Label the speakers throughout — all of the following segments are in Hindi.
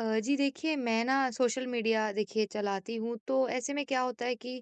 Speaker 1: जी देखिए, मैं ना सोशल मीडिया देखिए चलाती हूँ, तो ऐसे में क्या होता है कि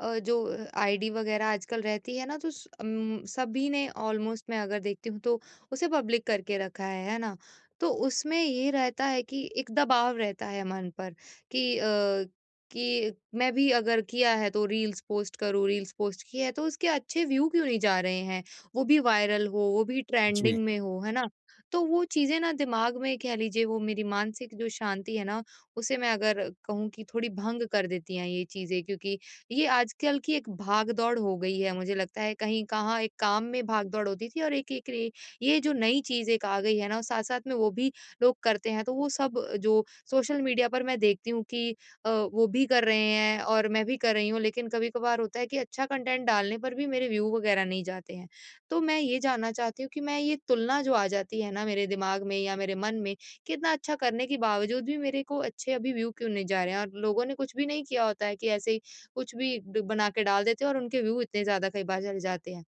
Speaker 1: जो आईडी वगैरह आजकल रहती है ना, तो सभी ने ऑलमोस्ट, मैं अगर देखती हूँ तो उसे पब्लिक करके रखा है ना। तो उसमें ये रहता है कि एक दबाव रहता है मन पर कि मैं भी अगर किया है तो रील्स पोस्ट करूँ, रील्स पोस्ट की है तो उसके अच्छे व्यू क्यों नहीं जा रहे हैं, वो भी वायरल हो, वो भी
Speaker 2: जी।
Speaker 1: ट्रेंडिंग में हो, है ना। तो वो चीज़ें ना दिमाग में, कह लीजिए वो मेरी मानसिक जो शांति है ना, उसे मैं अगर कहूँ कि थोड़ी भंग कर देती हैं ये चीज़ें, क्योंकि ये आजकल की एक भाग-दौड़ हो गई है। मुझे लगता है कहीं कहाँ एक काम में भाग-दौड़ होती थी, और एक एक रे ये जो नई चीज़ एक आ गई है ना, साथ-साथ में वो भी लोग करते हैं। तो वो सब जो सोशल मीडिया पर मैं देखती हूँ कि वो भी कर रहे हैं और मैं भी कर रही हूँ। लेकिन कभी-कभार होता है कि अच्छा कंटेंट डालने पर भी मेरे व्यू वगैरह नहीं जाते हैं। तो मैं ये जानना चाहती हूँ कि मैं ये तुलना जो आ जाती है ना मेरे दिमाग में या मेरे मन में, कि इतना अच्छा करने के बावजूद भी मेरे को अच्छे अभी व्यू क्यों नहीं जा रहे हैं, और लोगों ने कुछ भी नहीं किया होता है, कि ऐसे ही कुछ भी बना के डाल देते हैं और उनके व्यू इतने ज्यादा कई बार चले जाते हैं।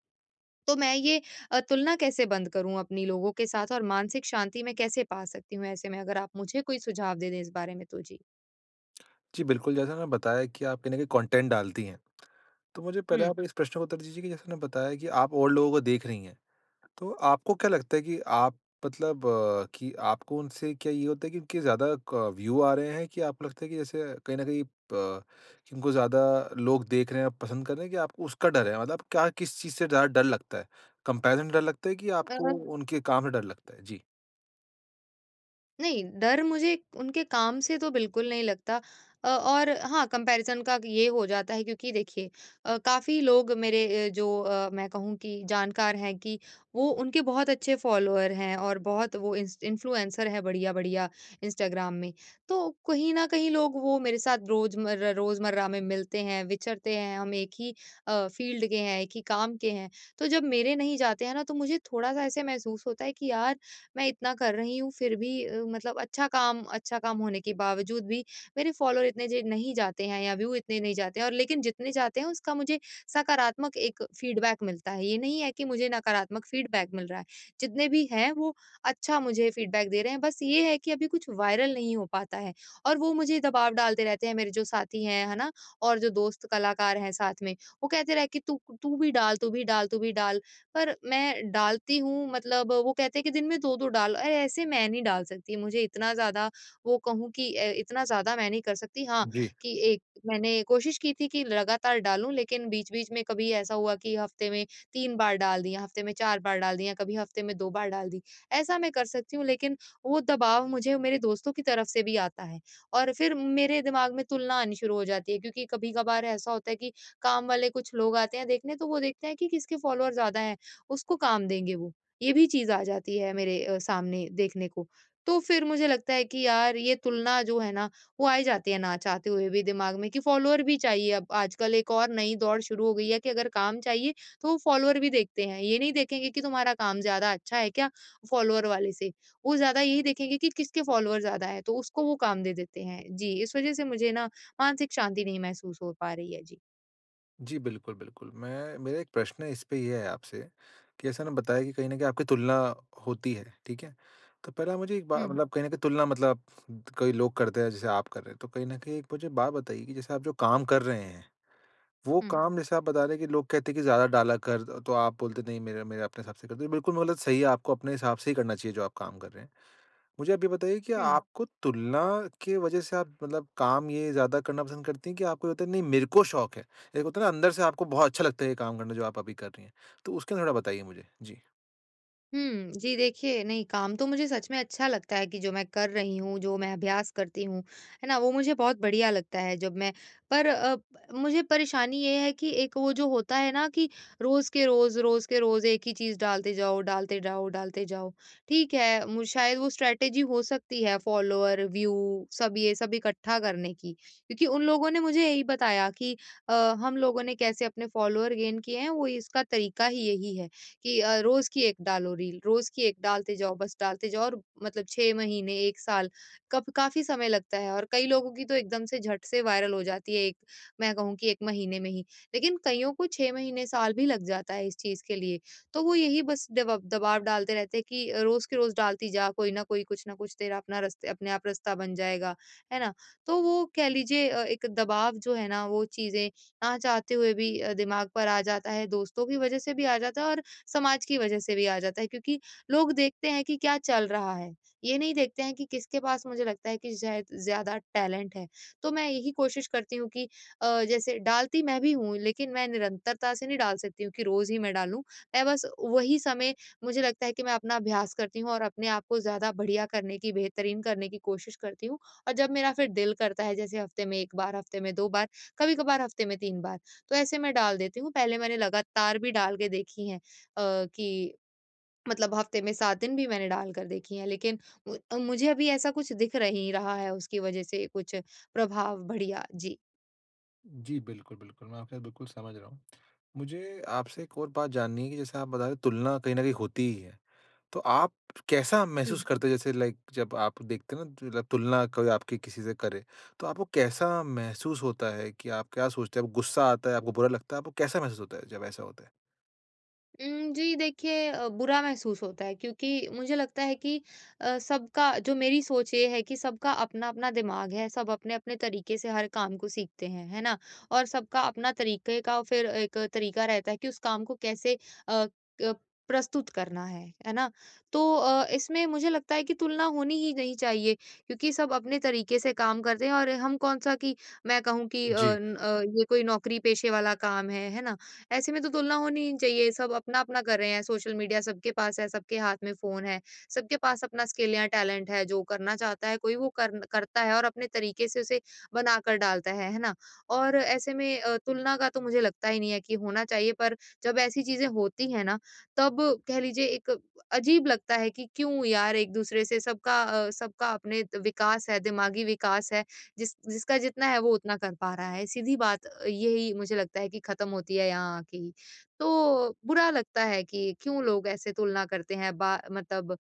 Speaker 1: तो मैं ये तुलना कैसे बंद करूं अपनी लोगों के साथ, और मानसिक शांति मैं कैसे पा सकती हूँ ऐसे में? अगर आप मुझे कोई सुझाव दे दें इस बारे में तो। जी।
Speaker 2: जी, बिल्कुल, जैसा आपने बताया कि आप कहीं न कहीं कंटेंट डालती हैं। तो मुझे पहले आप इस प्रश्न को उत्तर दीजिए कि जैसे आपने बताया कि आप और लोगों को देख रही हैं। तो आपको क्या लगता है कि आप मतलब कि आपको उनसे क्या ये होता है कि उनके ज़्यादा क व्यू आ रहे हैं कि आपको लगता है कि जैसे कहीं न कहीं प कि उनको ज़्यादा लोग देख रहे हैं, पसंद कर रहे हैं कि आपको उसका डर है? मतलब क्या किस चीज़ से ज़्यादा डर लगता है? कंपैरिज़न डर लगता है कि आपको
Speaker 1: हम्म।
Speaker 2: उनके काम से डर लगता है? जी।
Speaker 1: नहीं, डर मुझे उनके काम से तो बिल्कुल नहीं लगता। और हाँ, कंपैरिज़न का ये हो जाता है, क्योंकि देखिए काफ़ी लोग मेरे, मैं कहूँ कि जानकार हैं, कि वो उनके बहुत अच्छे फ़ॉलोअर हैं और बहुत वो इंस इन्फ्लुएंसर हैं बढ़िया-बढ़िया, इंस्टाग्राम में। तो कहीं न कहीं लोग, वो मेरे साथ रोज़मर्रा रोज़मर्रा में मिलते हैं, विचरते हैं, हम एक ही फ़ील्ड के हैं, एक ही काम के हैं। तो जब मेरे नहीं जाते हैं ना, तो मुझे थोड़ा-सा ऐसे महसूस होता है कि यार मैं इतना कर रही हूँ फिर भी, मतलब अच्छा काम होने के बावजूद भी मेरे फॉलोअर इतने जे नहीं जाते हैं, या व्यू इतने नहीं जाते हैं, और लेकिन जितने जाते हैं उसका मुझे सकारात्मक एक फीडबैक मिलता है। ये नहीं है कि मुझे नकारात्मक फीडबैक मिल रहा है। जितने भी हैं, वो अच्छा मुझे फीडबैक दे रहे हैं। बस ये है कि अभी कुछ वायरल नहीं हो पाता है, और वो मुझे दबाव डालते रहते हैं, मेरे जो साथी हैं, है ना? और जो दोस्त कलाकार हैं साथ में, वो कहते रहे कि तू तू भी डाल, तू भी डाल, तू भी डाल। पर मैं डालती हूँ, मतलब वो कहते हैं कि दिन में 2-2 डालो। अरे! ऐसे मैं नहीं डाल सकती, मुझे इतना ज़्यादा, वो कहूँ कि, इतना ज़्यादा मैं नहीं कर सकती। हाँ,
Speaker 2: जी।
Speaker 1: कि एक मैंने कोशिश की थी कि लगातार डालूँ, लेकिन बीच-बीच में कभी ऐसा हुआ कि हफ्ते में 3 बार डाल दिया, हफ्ते में 4 बार डाल दिया, कभी हफ्ते में 2 बार डाल दी। ऐसा मैं कर सकती हूँ, लेकिन वो दबाव मुझे मेरे दोस्तों की तरफ से भी आता है, और फिर मेरे दिमाग में तुलना आनी शुरू हो जाती है, क्योंकि कभी-कभार ऐसा होता है कि काम वाले कुछ लोग आते हैं देखने, तो वो देखते हैं कि किसके फॉलोअर ज़्यादा हैं। उसको काम देंगे वो। ये भी चीज़ आ जाती है मेरे सामने देखने को। तो फिर मुझे लगता है कि यार ये तुलना जो है ना, वो आई जाती है ना चाहते हुए भी दिमाग में, कि फ़ॉलोअर भी चाहिए। अब आजकल एक और नई दौड़ शुरू हो गई है कि अगर काम चाहिए, तो वो फ़ॉलोअर भी देखते हैं। ये नहीं देखेंगे कि तुम्हारा काम ज़्यादा अच्छा है क्या, फ़ॉलोअर वाले से। वो ज़्यादा यही देखेंगे कि किसके फ़ॉलोअर ज़्यादा है, तो उसको वो काम दे देते हैं। जी, इस वज़ह से मुझे ना मानसिक शांति नहीं महसूस हो पा रही है। जी।
Speaker 2: जी, बिल्कुल, बिल्कुल। मैं मेरा एक प्रश्न है इस पे ये है आपसे कि ऐसा ना बताया कि कहीं न कहीं आपकी तुलना होती है, ठीक है? तो पहले आप मुझे एक बा
Speaker 1: हुँ,
Speaker 2: मतलब कहीं न कहीं तुलना मतलब कई लोग करते हैं, जैसे आप कर रहे हैं। तो कहीं न कहीं एक मुझे बात बताइए कि जैसे आप जो काम कर रहे हैं, वो
Speaker 1: हुँ,
Speaker 2: काम जैसे आप बता रहे हैं कि लोग कहते हैं कि ज़्यादा डाला कर, तो आप बोलते नहीं मेरा मेरा अपने हिसाब से कर दो। बिल्कुल मतलब सही है, आपको अपने हिसाब से ही करना चाहिए जो आप काम कर रहे हैं। मुझे आप ये बताइए कि
Speaker 1: हुँ।
Speaker 2: आपको तुलना के वजह से आप मतलब काम ये ज़्यादा करना पसंद करती हैं कि आपको ये होता है नहीं मेरे को शौक है। एक होता है ना अंदर से आपको बहुत अच्छा लगता है ये काम करना जो आप अभी कर रही हैं। तो उसके थोड़ा बताइए मुझे? जी।
Speaker 1: हुँ। जी देखिए, नहीं, काम तो मुझे सच में अच्छा लगता है कि जो मैं कर रही हूँ, जो मैं अभ्यास करती हूँ, है ना? वो मुझे बहुत बढ़िया लगता है जब मैं। पर मुझे परेशानी ये है कि एक वो जो होता है ना, कि रोज़ के रोज़ एक ही चीज़ डालते जाओ, डालते जाओ, डालते जाओ। ठीक है, मु शायद वो स्ट्रैटेजी हो सकती है फ़ॉलोवर, व्यू, सब, ये सब इकट्ठा करने की, क्योंकि उन लोगों ने मुझे यही बताया कि अ, हम लोगों ने कैसे अपने फ़ॉलोवर गेन किए हैं, वो इसका तरीका ही यही है। कि रोज़ की 1 डालो रील, रोज़ की 1 डालते जाओ, बस डालते जाओ, और मतलब 6 महीने, 1 साल, कब काफ़ी समय लगता है, और कई लोगों की तो एकदम से झट से वायरल हो जाती है एक, मैं कहूँ कि 1 महीने में ही। लेकिन कइयों को 6 महीने, साल भी लग जाता है इस चीज़ के लिए। तो वो यही बस दबाव डालते रहते हैं कि रोज़ की रोज़ डालती जा, कोई न कोई, कुछ ना कुछ, तेरा अपना रस्ते अपने आप रास्ता बन जाएगा, है ना? तो वो कह लीजिए, एक दबाव जो है ना, वो चीज़ें ना चाहते हुए भी दिमाग पर आ जाता है, दोस्तों की वज़ह से भी आ जाता है, और समाज की वजह से भी आ जाता है, क्योंकि लोग देखते हैं कि क्या चल रहा है, ये नहीं देखते हैं कि किसके पास, मुझे लगता है कि, शायद ज़्यादा टैलेंट है। तो मैं यही कोशिश करती हूँ कि जैसे डालती मैं भी हूँ, लेकिन मैं निरंतरता से नहीं डाल सकती हूँ कि रोज़ ही मैं डालूँ। मैं बस वही समय, मुझे लगता है कि, मैं अपना अभ्यास करती हूँ और अपने आप को ज़्यादा बढ़िया करने की, बेहतरीन करने की कोशिश करती हूँ, और जब मेरा फिर दिल करता है, जैसे हफ़्ते में 1 बार, हफ़्ते में 2 बार, कभी-कभार हफ़्ते में 3 बार, तो ऐसे मैं डाल देती हूँ। पहले मैंने लगातार भी डाल के देखी है। कि मतलब हफ्ते में 7 दिन भी मैंने डाल कर देखी हैं, लेकिन मुझे अभी ऐसा कुछ दिख नहीं रहा है, उसकी वजह से कुछ प्रभाव बढ़िया। जी।
Speaker 2: जी, बिल्कुल, बिल्कुल। मैं आपकी बात बिल्कुल समझ रहा हूँ। मुझे आपसे एक और बात जाननी है कि जैसे आप बता रहे हो तुलना कहीं न कहीं होती ही है। तो आप कैसा महसूस करते हो जैसे लाइक जब आप देखते हैं ना मतलब तुलना कोई आपकी किसी से करे, तो आपको कैसा महसूस होता है कि आप क्या सोचते हैं? आपको गुस्सा आता है, आपको बुरा लगता है, आपको कैसा महसूस होता है जब ऐसा होता है?
Speaker 1: जी देखिए, बुरा महसूस होता है, क्योंकि मुझे लगता है कि सबका जो, मेरी सोच ये है कि सबका अपना-अपना दिमाग है, सब अपने-अपने तरीके से हर काम को सीखते हैं, है ना? और सबका अपना तरीके का फिर एक तरीका रहता है कि उस काम को कैसे अ, क प्रस्तुत करना है ना? तो इसमें मुझे लगता है कि तुलना होनी ही नहीं चाहिए, क्योंकि सब अपने तरीके से काम करते हैं, और हम कौन-सा कि, मैं कहूँ कि,
Speaker 2: जी।
Speaker 1: न ये कोई नौकरी पेशे वाला काम है ना? ऐसे में तो तुलना होनी ही नहीं चाहिए। सब अपना-अपना कर रहे हैं, सोशल मीडिया सबके पास है, सबके हाथ में फ़ोन है, सबके पास अपना स्किल या टैलेंट है, जो करना चाहता है कोई, वो करन करता है और अपने तरीके से उसे बनाकर डालता है ना? और ऐसे में तुलना का तो मुझे लगता ही नहीं है कि होना चाहिए, पर जब ऐसी चीज़ें होती हैं ना, तब कह लीजिए एक अजीब लगता है कि क्यों यार एक-दूसरे से, सबका अपने त विकास है, दिमागी विकास है, जिसका जितना है वो उतना कर पा रहा है। सीधी बात, यही मुझे लगता है कि ख़त्म होती है यहाँ आके ही। तो बुरा लगता है कि क्यों लोग ऐसे तुलना करते हैं, बा मतलब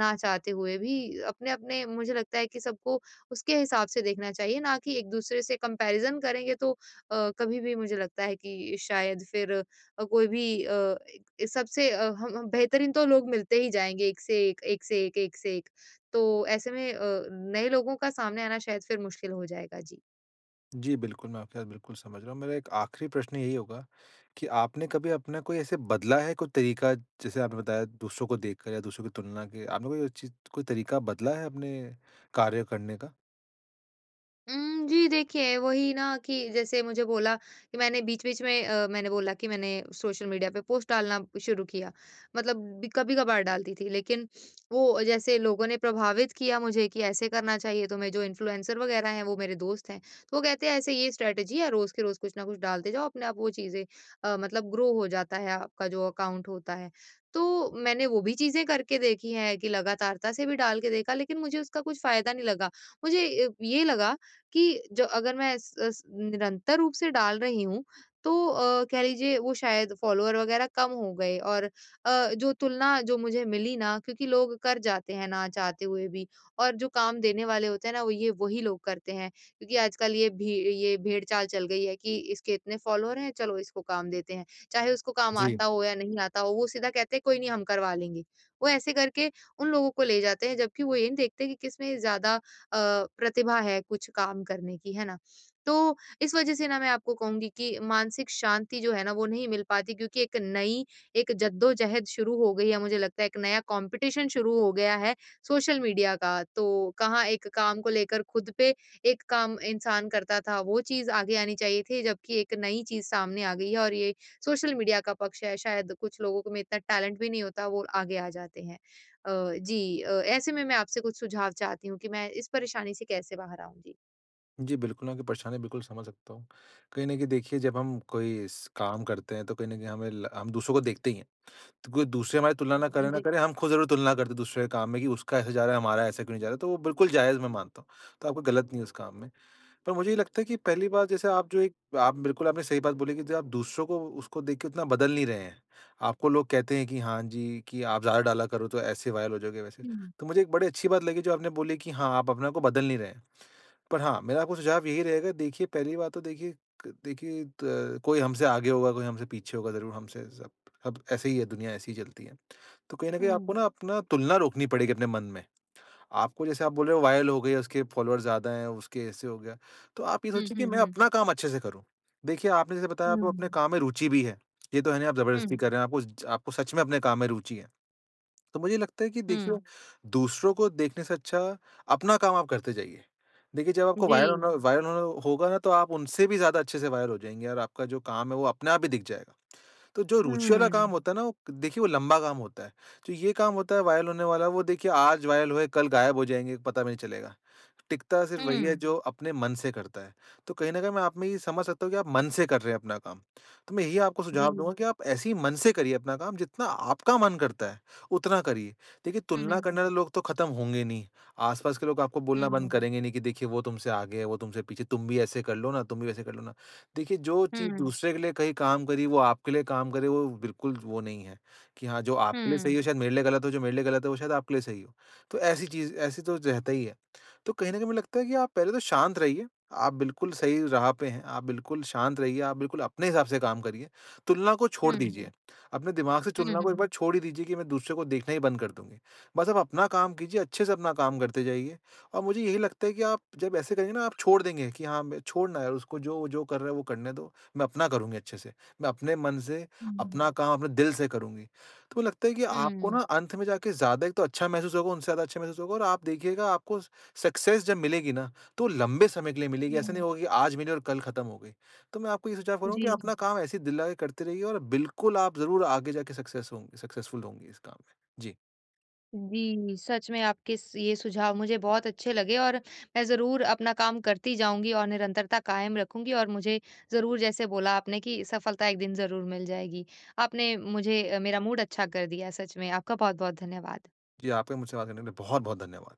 Speaker 1: ना चाहते हुए भी, अपने-अपने, मुझे लगता है कि सबको उसके हिसाब से देखना चाहिए, ना कि एक-दूसरे से कंपैरिज़न करेंगे, तो कभी भी, मुझे लगता है कि शायद फिर, कोई भी, सबसे, हम बेहतरीन तो लोग मिलते ही जाएँगे, एक से एक, एक से एक, एक से एक। तो ऐसे में, नए लोगों का सामने आना शायद फिर मुश्किल हो जाएगा। जी।
Speaker 2: जी, बिल्कुल, मैं आपकी बात बिल्कुल समझ रहा हूँ। मेरा एक आखिरी प्रश्न यही होगा कि आपने कभी अपना कोई ऐसे बदला है, कोई तरीका जैसे आपने बताया दूसरों को देखकर या दूसरों की तुलना के आपने कोई चीज़ कोई तरीका बदला है अपने कार्य करने का?
Speaker 1: जी देखिए, वही ना कि जैसे मुझे बोला कि मैंने बीच-बीच में, मैंने बोला कि मैंने सोशल मीडिया पे पोस्ट डालना शुरू किया। मतलब कभी-कभार डालती थी, लेकिन वो जैसे लोगों ने प्रभावित किया मुझे कि ऐसे करना चाहिए तुम्हें, जो इन्फ्लुएंसर वगैरह हैं, वो मेरे दोस्त हैं। तो वो कहते हैं, "ऐसे ये स्ट्रैटेजी है, रोज़ के रोज़ कुछ ना कुछ डालते जाओ, अपने आप वो चीज़ें मतलब ग्रो हो जाता है, आपका जो अकाउंट होता है।" तो मैंने वो भी चीज़ें करके देखी हैं कि लगातारता से भी डाल के देखा, लेकिन मुझे उसका कुछ फ़ायदा नहीं लगा। मुझे ये लगा कि, जो अगर मैं स स निरंतर रूप से डाल रही हूँ, तो कह लीजिए, वो शायद फॉलोवर वगैरह कम हो गए, और जो तुलना जो मुझे मिली ना, क्योंकि लोग कर जाते हैं ना चाहते हुए भी, और जो काम देने वाले होते हैं ना, वो ये वही लोग करते हैं। क्योंकि आजकल ये भेड़-चाल चल गई है कि इसके इतने फॉलोवर हैं, चलो इसको काम देते हैं। चाहे उसको काम
Speaker 2: जी।
Speaker 1: आता हो या नहीं आता हो, वो सीधा कहते हैं, कोई नहीं, हम करवा लेंगे। वो ऐसे करके उन लोगों को ले जाते हैं, जबकि वो ये नहीं देखते कि किसमें ज़्यादा अ, प्रतिभा है कुछ काम करने की, है ना? तो इस वजह से ना, मैं आपको कहूँगी कि मानसिक शांति जो है ना, वो नहीं मिल पाती, क्योंकि एक नई, एक जद्दोजहद शुरू हो गई है मुझे लगता है, एक नया कॉम्पिटिशन शुरू हो गया है सोशल मीडिया का। तो कहाँ एक काम को लेकर खुद पे, एक काम इंसान करता था, वो चीज़ आगे आनी चाहिए थी, जबकि एक नई चीज़ सामने आ गई है, और ये सोशल मीडिया का पक्ष है, शायद कुछ लोगों को में इतना टैलेंट भी नहीं होता, वो आगे आ जाते हैं। अ, जी, अ, ऐसे में मैं आपसे कुछ सुझाव चाहती हूँ कि मैं इस परेशानी से कैसे बाहर आऊँ? जी।
Speaker 2: जी, बिल्कुल, आपकी परेशानी बिल्कुल समझ सकता हूँ। कहीं न कहीं देखिए जब हम कोई स काम करते हैं तो कहीं न कहीं हमें ल हम दूसरों को देखते ही हैं। तो कोई दूसरे हमारी तुलना ना करें ना
Speaker 1: जी।
Speaker 2: करें, हम खुद ज़रूर तुलना करते हैं दूसरे के काम में कि उसका ऐसे जा रहा है, हमारा ऐसा क्यों नहीं जा रहा है, तो वो बिल्कुल जायज़ मैं मानता हूँ। तो आपको गलत नहीं है उस काम में। पर मुझे ये लगता है कि पहली बात जैसे आप जो एक आप बिल्कुल आपने सही बात बोली कि जो आप दूसरों को उसको देख के उतना बदल नहीं रहे हैं। आपको लोग कहते हैं कि हाँ जी, कि आप ज़्यादा डाला करो तो ऐसे वायरल हो जाओगे वैसे।
Speaker 1: हुँ।
Speaker 2: तो मुझे एक बड़ी अच्छी बात लगी जो आपने बोली कि हाँ, आप अपने को बदल नहीं रहे हैं। पर हाँ, मेरा आपको सुझाव यही रहेगा देखिए पहली बात तो देखिए क देखिए त कोई हमसे आगे होगा, कोई हमसे पीछे होगा ज़रूर हमसे सब सब ऐसे ही है दुनिया ऐसे ही चलती है। तो कहीं न कहीं आपको
Speaker 1: हुँ।
Speaker 2: ना अपना तुलना रोकनी पड़ेगी अपने मन में। आपको जैसे आप बोल रहे हो वायरल हो गए, उसके फॉलोअर्स ज़्यादा हैं, उसके ऐसे हो गया। तो आप ये
Speaker 1: हुँ,
Speaker 2: सोचिए कि
Speaker 1: हुँ,
Speaker 2: मैं
Speaker 1: हुँ।
Speaker 2: अपना काम अच्छे से करूँ। देखिए, आपने जैसे बताया आपको अपने
Speaker 1: हुँ।
Speaker 2: काम में रुचि भी है। ये तो है नहीं आप
Speaker 1: हुँ,
Speaker 2: ज़बरदस्ती कर रहे हैं, आपको ज आपको सच में अपने काम में रुचि है। तो मुझे लगता है कि देखिए,
Speaker 1: हुँ।
Speaker 2: दूसरों को देखने से अच्छा अपना काम आप करते जाइए। देखिए, जब आपको
Speaker 1: जी।
Speaker 2: वायरल होना होगा ना, तो आप उनसे भी ज़्यादा अच्छे से वायरल हो जाएँगे और आपका जो काम है, वो अपने आप ही दिख जाएगा। तो जो रुचि वाला
Speaker 1: हुँ,
Speaker 2: काम होता है ना, वो देखिए वो लंबा काम होता है। जो ये काम होता है वायरल होने वाला, वो देखिए आज वायरल हुए, कल गायब हो जाएँगे, पता भी नहीं चलेगा। टिकता सिर्फ़ वही है
Speaker 1: हुँ।
Speaker 2: जो अपने मन से करता है। तो कहीं न कहीं मैं आप में ये समझ सकता हूँ कि आप मन से कर रहे हैं अपना काम। तो मैं यही आपको
Speaker 1: जी।
Speaker 2: सुझाव दूँगा कि आप ऐसे ही मन से करिए अपना काम जितना आपका मन करता है, उतना करिए। देखिए
Speaker 1: हुँ,
Speaker 2: तुलना
Speaker 1: हुँ,
Speaker 2: करने वाले लोग तो ख़त्म होंगे नहीं, आस-पास के लोग आपको बोलना
Speaker 1: हुँ,
Speaker 2: बंद करेंगे नहीं कि देखिए वो तुमसे आगे है, वो तुमसे पीछे, तुम भी ऐसे कर लो ना, तुम भी वैसे कर लो ना। देखिए जो चीज़
Speaker 1: हुँ,
Speaker 2: दूसरे के लिए कहीं काम करी, वो आपके लिए काम करे वो बिल्कुल वो नहीं है, कि हाँ जो आपके लिए सही हो शायद मेरे लिए गलत हो, जो मेरे लिए गलत है वो शायद आपके लिए सही हो। तो ऐसी चीज़ ऐसी तो रहता ही है। तो कहीं न कहीं मुझे लगता है कि आप पहले तो शांत रहिए, आप बिल्कुल सही राह पे हैं, आप बिल्कुल शांत रहिए, आप बिल्कुल अपने हिसाब से काम करिए। तुलना को छोड़
Speaker 1: हुँ,
Speaker 2: दीजिए, अपने दिमाग से
Speaker 1: हुँ,
Speaker 2: तुलना को एक
Speaker 1: हुँ।
Speaker 2: बार छोड़ ही दीजिए कि मैं दूसरे को देखना ही बंद कर दूँगी। बस आप अपना काम कीजिए, अच्छे से अपना काम करते जाइए और मुझे यही लगता है कि आप जब ऐसे करेंगे ना आप छोड़ देंगे कि हाँ, मैं छोड़ना यार उसको जो जो कर रहा है वो करने दो, मैं अपना करूँगी अच्छे से। मैं अपने मन से,
Speaker 1: हुँ।
Speaker 2: अपना काम अपने दिल से करूँगी। तो मुझे लगता है कि आपको
Speaker 1: हुँ।
Speaker 2: ना अंत में जाके ज़्यादा एक तो अच्छा महसूस होगा, उनसे ज़्यादा अच्छा महसूस होगा और आप देखिएगा आपको सक्सेस जब मिलेगी ना, तो लंबे समय के लिए मिलेगी, ऐसा
Speaker 1: हुँ।
Speaker 2: नहीं होगा कि आज मिली और कल खत्म हो गई। तो मैं आपको ये सुझाव करूँगा
Speaker 1: जी।
Speaker 2: कि अपना काम ऐसे ही दिल लगा के करते रहिए और बिल्कुल आप ज़रूर आगे जाके सक्सेस होंगे सक्सेसफुल होंगी इस काम में। जी,
Speaker 1: जी, सच में आपके स ये सुझाव मुझे बहुत अच्छे लगे, और मैं ज़रूर अपना काम करती जाऊँगी और निरंतरता कायम रखूँगी, और मुझे ज़रूर जैसे बोला आपने कि सफलता एक दिन ज़रूर मिल जाएगी। आपने मुझे, मेरा मूड अच्छा कर दिया सच में। आपका बहुत-बहुत धन्यवाद।
Speaker 2: जी आपका मुझसे बात करने के लिए बहुत-बहुत धन्यवाद।